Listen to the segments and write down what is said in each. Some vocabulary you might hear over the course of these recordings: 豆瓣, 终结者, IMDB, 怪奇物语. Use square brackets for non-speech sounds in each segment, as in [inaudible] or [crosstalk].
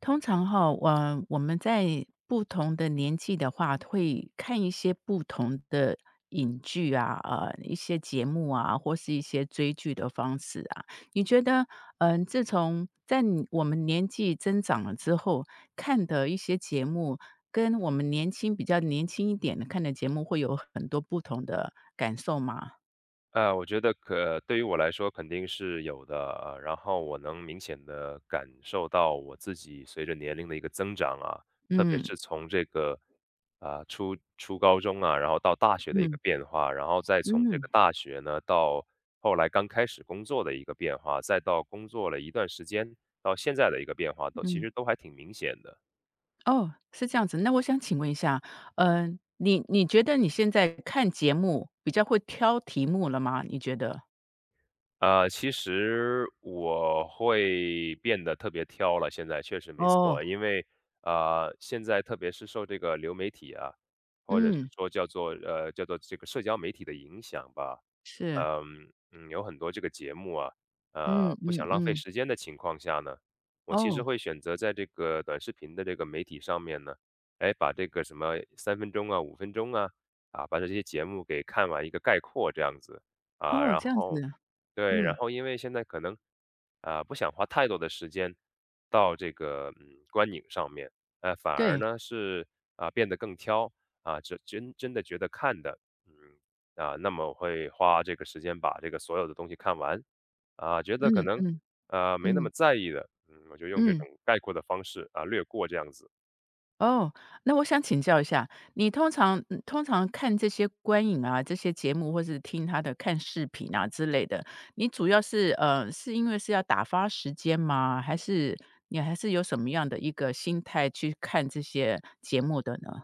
通常哈，我们在不同的年纪的话，会看一些不同的影剧啊，一些节目啊，或是一些追剧的方式啊。你觉得，自从在我们年纪增长了之后，看的一些节目，跟我们比较年轻一点的看的节目，会有很多不同的感受吗？我觉得对于我来说肯定是有的，然后我能明显的感受到我自己随着年龄的一个增长啊，特别是从这个，初高中啊，然后到大学的一嗯个变化，然后再从嗯这个嗯大学呢，到后来刚开始工作的一个变化，再到工作了一段时间，到现在的一个变化，都嗯其嗯。实都还挺明显的。哦，是这样子。那我想请问一下，你觉得你现在看节目比较会挑题目了吗？你觉得？其实我会变得特别挑了，现在确实没哦，错。因为，现在特别是受这个流媒体啊，或者是嗯，说叫做这个社交媒体的影响吧，是，嗯嗯，有很多这个节目啊，嗯不嗯想浪费嗯，时间的情况下呢，我其实哦会选择在这个短视频的这个媒体上面呢，哎，把这个什么三分钟啊、五分钟啊，把这些节目给看完一个概括这样子。啊，哦，然这样子，后对，然嗯，后因为现在可能，不想花太多的时间到这个，观影上面，反而对，呢是，变得更挑，真的觉得看的，嗯，那么我会花这个时间把这个所有的东西看完，觉得可嗯能，嗯没那么嗯在意的，嗯，我就用这嗯。种概括的方式，略过这样子。哦，那我想请教一下，你通常看这些观影啊，这些节目，或是听他的看视频啊之类的，你主要是是因为是要打发时间吗？还是你还是有什么样的一个心态去看这些节目的呢？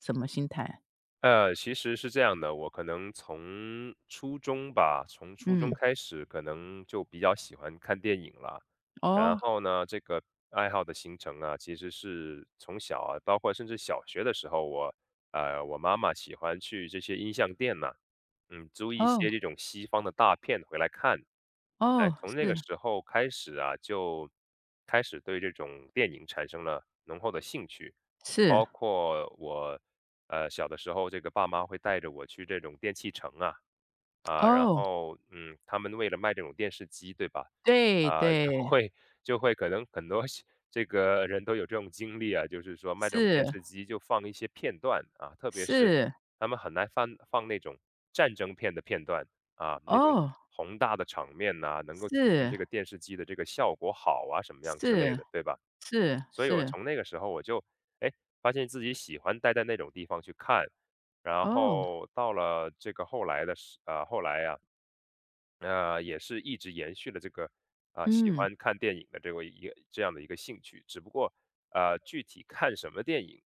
什么心态？其实是这样的，我可能从初中吧，从初中嗯，开始可能就比较喜欢看电影了。然哦后呢，这个爱好的形成啊，其实是从小啊，包括甚至小学的时候，我妈妈喜欢去这些音像店呐，嗯，租一哦些这种西方的大片回来看。哎，哦，从那是个时候开始啊，就开始对这种电影产生了浓厚的兴趣。是，包括我，小的时候这个爸妈会带着我去这种电器城啊，然哦，后，嗯，他们为了卖这种电视机，对吧？对啊，就对，会就会可能很多这个人都有这种经历啊，就是说卖这种是电视机就放一些片段啊，特别是是，他们很难放那种战争片的片段啊，那种哦，宏大的场面呐，能够体现这是个电视机的这个效果好啊，什么样之类是的，对吧？是所以我是，从那个时候我就，哎，发现自己喜欢待在那种地方去看，然哦，后到了这个后来呀、也是一直延续了这个啊、喜嗯。欢看电影的这个一个这样的一个兴趣，只不过具体看什么电影，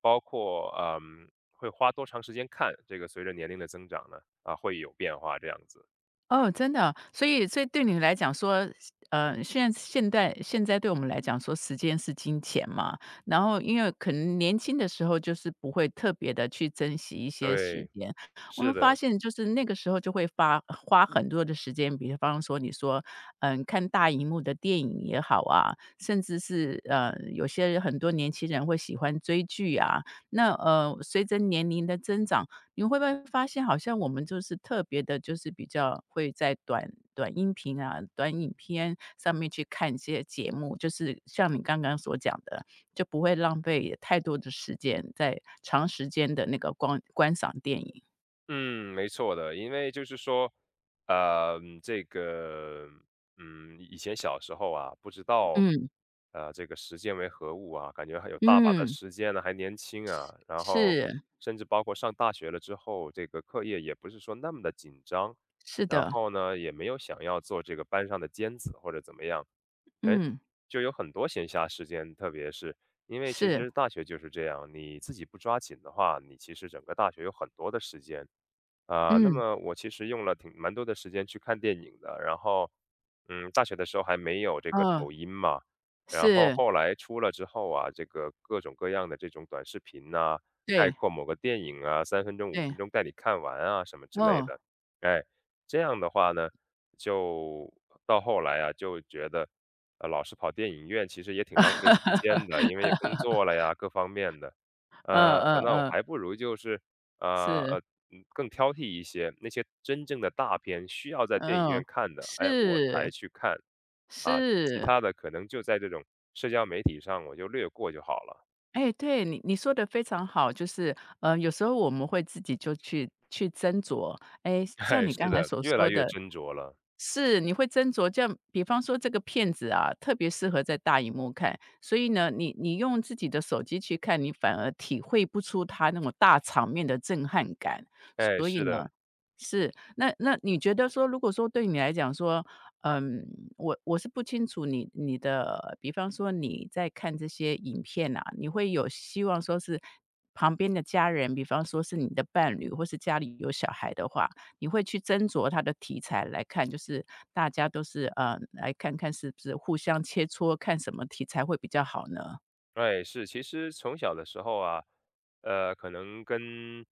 包括会花多长时间看，这个随着年龄的增长呢啊、会有变化这样子。哦，真的啊，所以对你来讲说，现在对我们来讲说，时间是金钱嘛，然后因为可能年轻的时候就是不会特别的去珍惜一些时对，间，我们是发的，现就是那个时候就会花很多的时间，比方说你说，看大荧幕的电影也好啊，甚至是，有些人很多年轻人会喜欢追剧啊，那，随着年龄的增长，你会不会发现好像我们就是特别的，就是比较会在短音频啊、短影片上面去看一些节目，就是像你刚刚所讲的，就不会浪费太多的时间在长时间的那个光观赏电影。嗯，没错的，因为就是说，这个，嗯，以前小时候啊，不知道，嗯，这个时间为何物啊，感觉还有大把的嗯，时间呢，还年轻啊，然后是，甚至包括上大学了之后，这个课业也不是说那么的紧张，是然的，后呢，也没有想要做这个班上的尖子或者怎么样，哎，嗯，就有很多闲暇时间，特别是因为其是，实大学就是这样，你自己不抓紧的话，你其实整个大学有很多的时间。那嗯，么我其实用了挺蛮多的时间去看电影的，然后，嗯，大学的时候还没有这个嗯，抖音嘛，然后是，后来出了之后啊，这个各种各样的这种短视频呐、概对，括某个电影啊，三分钟、五对，分钟带你看完啊，什么之类哦，的，哎，这样的话呢，就到后来啊，就觉得，老是跑电影院其实也挺浪费时间的，[laughs] 因为工作了呀，各方面的，嗯嗯那我嗯，还不如就是。呃是，呃，嗯，更挑剔一些，那些真正的大片需要在电影嗯，院看的，哎，我才是，去看，啊，其是。他的可能就在这种社交媒体上我就略过就好了。哎，对，你说的非常好，就是，有时候我们会自己就去斟酌。哎，[laughs] 像哎，你刚是才的，所越来说越的，斟酌了。是，你会斟酌，这样比方说这个片子啊，特别适合在大荧幕看，所以呢，你用自己的手机去看，你反而体会不出它那种大场面的震撼感。哎，所以是的。呢是，那你觉得说，如果说对你来讲说，嗯，我是不清楚你的比方说你在看这些影片啊，你会有希望说是旁边的家人，比方说是你的伴侣或是家里有小孩的话，你会去斟酌它的题材来看，就是大家都是来看看是不是互相切磋，看什么题材会比较好呢？对，是，其实从小的时候啊，可能跟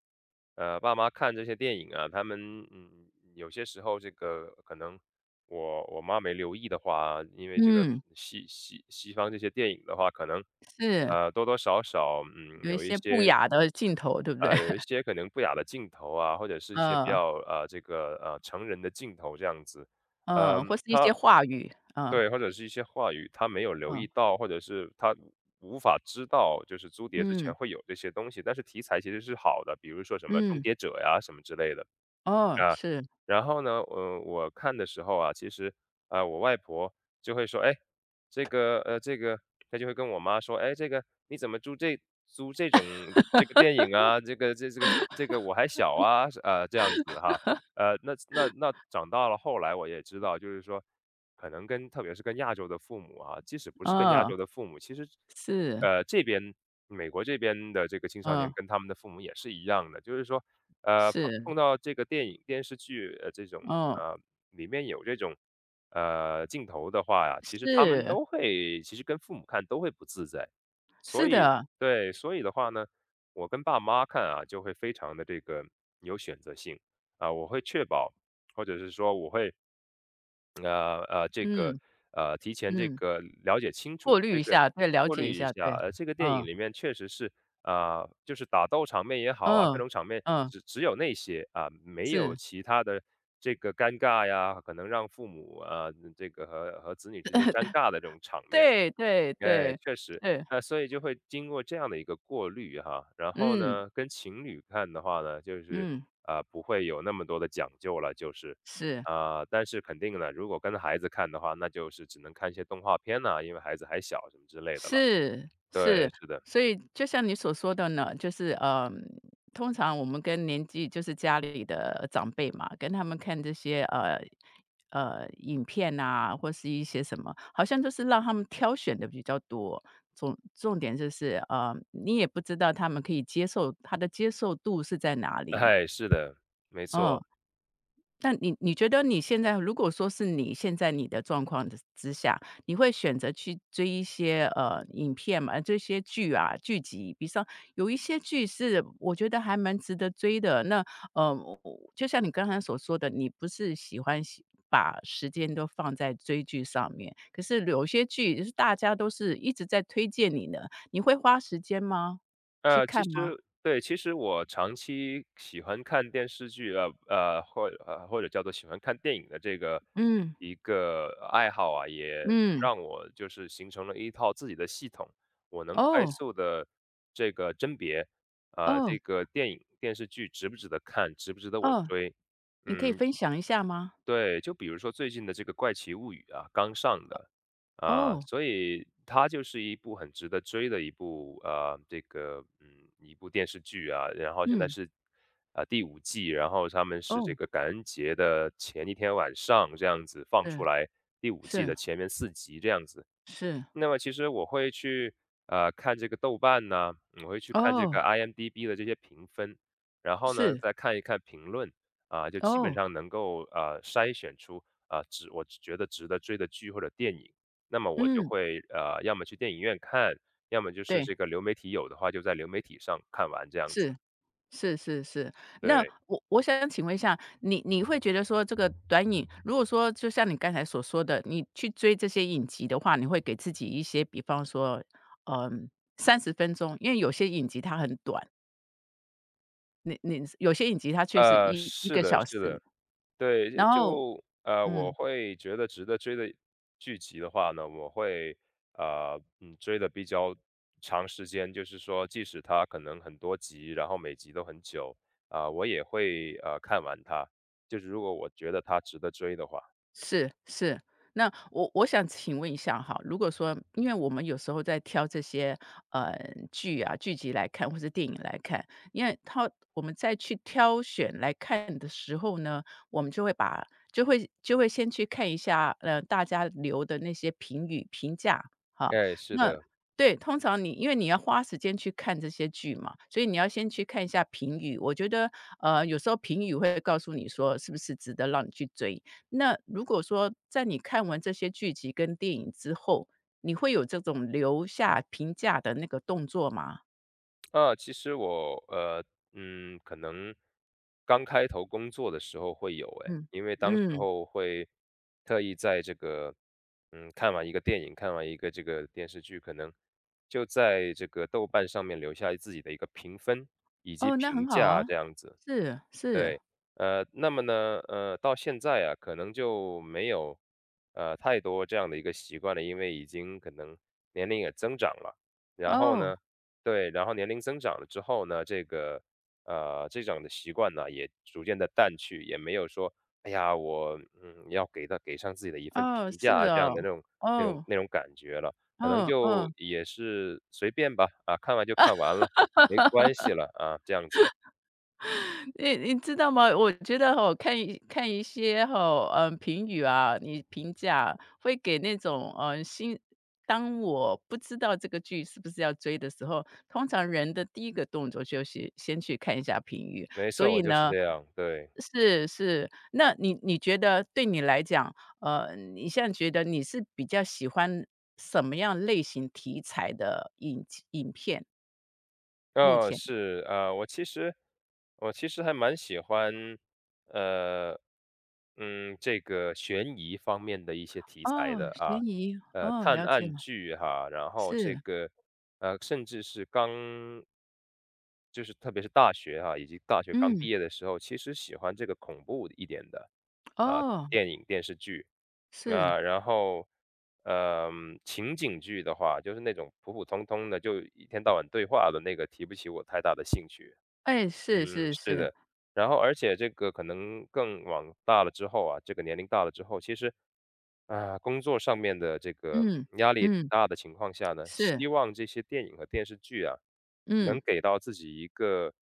爸妈看这些电影啊，他们有些时候这个可能我妈没留意的话，因为这个嗯，西方这些电影的话，可能是，多多少少有一有一些不些雅的镜头，对不对？[laughs] 可能不雅的镜头啊，或者是一些比嗯，较这个成人的镜头这样子，嗯，或是一些话语，嗯，对，或者是一些话语，他没有留意嗯，到，或者是他无法知道，就是租碟之前嗯，会有这些东西，但是题材其实是好的，比如说什么《终嗯，结者》呀什么之类的。哦，啊，是，然后呢，我看的时候啊，其实，我外婆就会说：“哎，这个这个”她就会跟我妈说：“哎，这个你怎么租这种电影啊，这个这个我还小啊。”是这样子哈。那长大了，后来我也知道，就是说可能跟特别是跟亚洲的父母啊，即使不是跟亚嗯，洲的父母，其实，是，这边美国这边的这个青少年嗯，跟他们的父母也是一样的，就是说碰是，碰到这个电影、电视剧，这种嗯，呃，里面有这种镜头的话呀，其实他们是，都会，其实跟父母看都会不自在，所是以的，对，所以的话呢，我跟爸妈看啊，就会非常的这个有选择性啊，我会确保，或者是说我会这个嗯，提前这嗯，个了解清过楚，滤这一个下，对，了过解滤一一下，对，下。这个电影嗯，里面确实是，就是打斗场面也好啊，各嗯，种场面嗯，只有那些啊、没有是。其他的这个尴尬呀，可能让父母啊、这个和子女之间尴尬的这种场面。对对哎，对，确实。对，那所以就会经过这样的一个过滤哈，然后嗯，呢，跟情侣看的话呢，就是，嗯，不会有那么多的讲究了，就是。是，但是肯定呢，如果跟孩子看的话，那就是只能看一些动画片呐，因为孩子还小什么之类的了。是，对，是。是的，所以就像你所说的呢，就是，通常我们跟年纪就是家里的长辈嘛，跟他们看这些，影片啊，或是一些什么，好像都是让他们挑选的比较多。重点就是，你也不知道他们可以接受他的接受度是在哪里，哎，是的，没嗯。错。那你觉得你现在如果说是你现在你的状况的之下，你会选择去追一些，影片嘛，这些剧啊、剧集，比上有一些剧是我觉得还蛮值得追的。那，我就像你刚才所说的，你不是喜欢喜把时间都放在追剧上面，可是有些剧就是大家都是一直在推荐你呢，你会花时间吗？去其看实吗？对，其实我长期喜欢看电视剧啊，或者叫做喜欢看电影的这个嗯，一个爱好啊，也嗯，让我就是形成了一套自己的系统，我能快哦，速的这个甄别，哦，这个电影电视剧值不值得看，值不值得我哦，追，你可以嗯，分享一下吗？对，就比如说最近的这个《怪奇物语》啊，刚上的，哦，所以它就是一部很值得追的一部啊，这个一部电视剧啊。然后现在嗯，是第五季，然后他们是这哦，个感恩节的前一天晚上这样子放嗯，出来第五季是的前面4集这样子。是，那么其实我会去，看这个豆瓣呐，我会去看这个 哦，IMDB 的这些评分，然后呢，是，再看一看评论，就基本哦，上能够，筛选出，我觉得值得追的剧或者电影。那么我就嗯，会，要么去电影院看，要么就是对，这个流媒体有的话就在流媒体上看完这样子，是是是是。那对。我想请问一下，你会觉得说这个短影如果说就像你刚才所说的，你去追这些影集的话，你会给自己一些比方说，嗯30分钟，因为有些影集它很短，你你有些影集它却是一一是个的小时，是的。对，然后就我嗯。会觉得值得追的剧集的话呢，我会追的比较长时间，就是说，即使它可能很多集，然后每集都很久，啊、我也会看完它。就是如果我觉得它值得追的话，是是，那我想请问一下哈，如果说，因为我们有时候在挑这些呃剧啊剧集来看，或是电影来看，因为他我们再去挑选来看的时候呢，我们就会先去看一下大家留的那些评语评价哈，哎，是那。的。对，通常你因为你要花时间去看这些剧嘛，所以你要先去看一下评语。我觉得，有时候评语会告诉你说是不是值得让你去追，那如果说在你看完这些剧集跟电影之后，你会有这种留下评价的那个动作吗？其实我可能刚开头工作的时候会有诶，嗯，因为当时嗯，候会特意在这个，看完一个电影，看完一个这个电视剧，可能就在这个豆瓣上面留下自己的一个评分以及哦，那很评好价啊，这样子。是是，对，那么呢，到现在啊，可能就没有，太多这样的一个习惯了，因为已经可能年龄也增长了，然后哦，呢，对，然后年龄增长了之后呢，这种的习惯呢，也逐渐的淡去，也没有说，哎呀，我要给到给上自己的一份哦，评价是啊这样哦，的那种那种哦，那种感觉了，可能哦就哦。也是随便吧，啊，看完就看完了，没关系了啊，这样子。你知道吗？我觉得哈，看一些哈，嗯，评语啊，你评价会给那种，嗯，当我不知道这个剧是不是要追的时候，通常人的第一个动作就是先去看一下评语。没所错，我以就是呢这样，对。是是，那你觉得对你来讲，你现在觉得你是比较喜欢什么样类型题材的影片？目哦，前？是，我其实我其实还蛮喜欢，呃，这个悬疑方面的一些题材哦，的啊，悬疑，哦，探了解案了，剧哈。然后这是。个，甚至是刚就是特别是大学哈，以及大学刚嗯，毕业的时候，其实喜欢这个恐怖一点的，啊，哦，电影、电视剧。是，啊，然后，情景剧的话，就是那种普普通通的，就一天到晚对话的那个，提不起我太大的兴趣。哎，是嗯，是是是，的。然后，而且这个可能更往大了之后啊，这个年龄大了之后，其实啊，工作上面的这个嗯，压力也挺嗯，大的情况下呢，是，希望这些电影和电视剧啊，能嗯，给到自己一个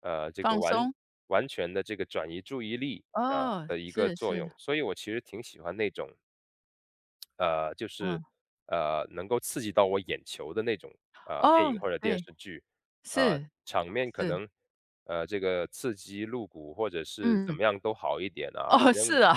这个放松，完全的这个转移注意力啊哦，的一个是作是，用。所以我其实挺喜欢那种呃，就是嗯，能够刺激到我眼球的那种电哦，影或者电对，视剧，啊、是场面可是，能这个刺激露骨或者是怎嗯，么样都好一点啊，哦，反是正啊，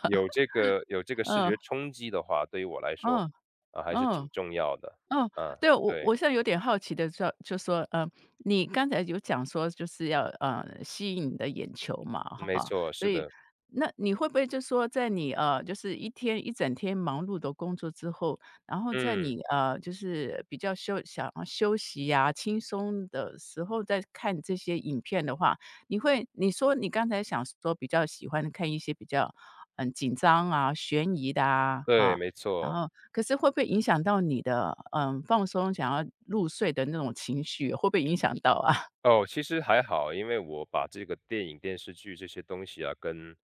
有 这个有这个视嗯，觉冲击的话，对于我来说嗯，啊、还是嗯。挺重要的。哦，啊，对，我对，我现在有点好奇的就说，你刚才有讲说就是要，吸引你的眼球嘛，没哈，错，所是以的，那你会不会就说在你，就是一整天忙碌的工作之后，然后在嗯，你，就是比较想要休息呀、轻松的时候再看这些影片的话，你会你说你刚才想说比较喜欢看一些比较，紧张啊、悬疑的啊，对，哈，没然错。后可是会不会影响到你的，放松想要入睡的那种情绪，会不会影响到啊？[laughs] 哦，其实还好，因为我把这个电影、电视剧这些东西啊，跟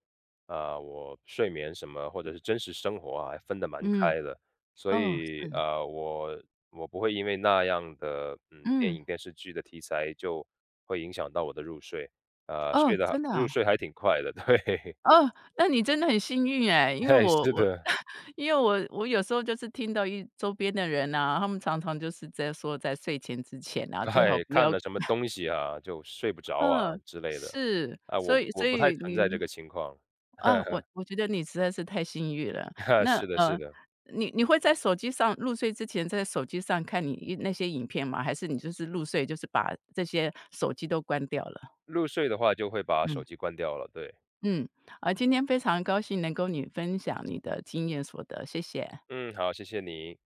啊、我睡眠什么或者是真实生活啊，还分得蛮嗯，开的，所哦，以是的，啊我不会因为那样的电嗯，影、电视剧的题材就会影响到我的入睡，啊，哦，真的啊？入睡还挺快的，对。哦，那你真的很幸运哎，[laughs] 因为哎，我是我 的，[laughs] 因为我有时候就是听到一周边的人啊，他们常常就是在说在睡前之前啊，最好哎，不看要，了什么东西啊，就睡不着啊嗯，之类的，是，啊，所我以我所不太以存在这你个情况。[laughs] 哈啊，我觉得你实在是太幸运了。哈，那，是的，是的。你会在手机上入睡之前，在手机上看你一那些影片吗？还是你就是入睡，就是把这些手机都关掉了？入睡的话就会把嗯，手机关掉了，对。嗯，啊，今天非常高兴能够你分享你的经验所得，谢谢。嗯，好，谢谢你。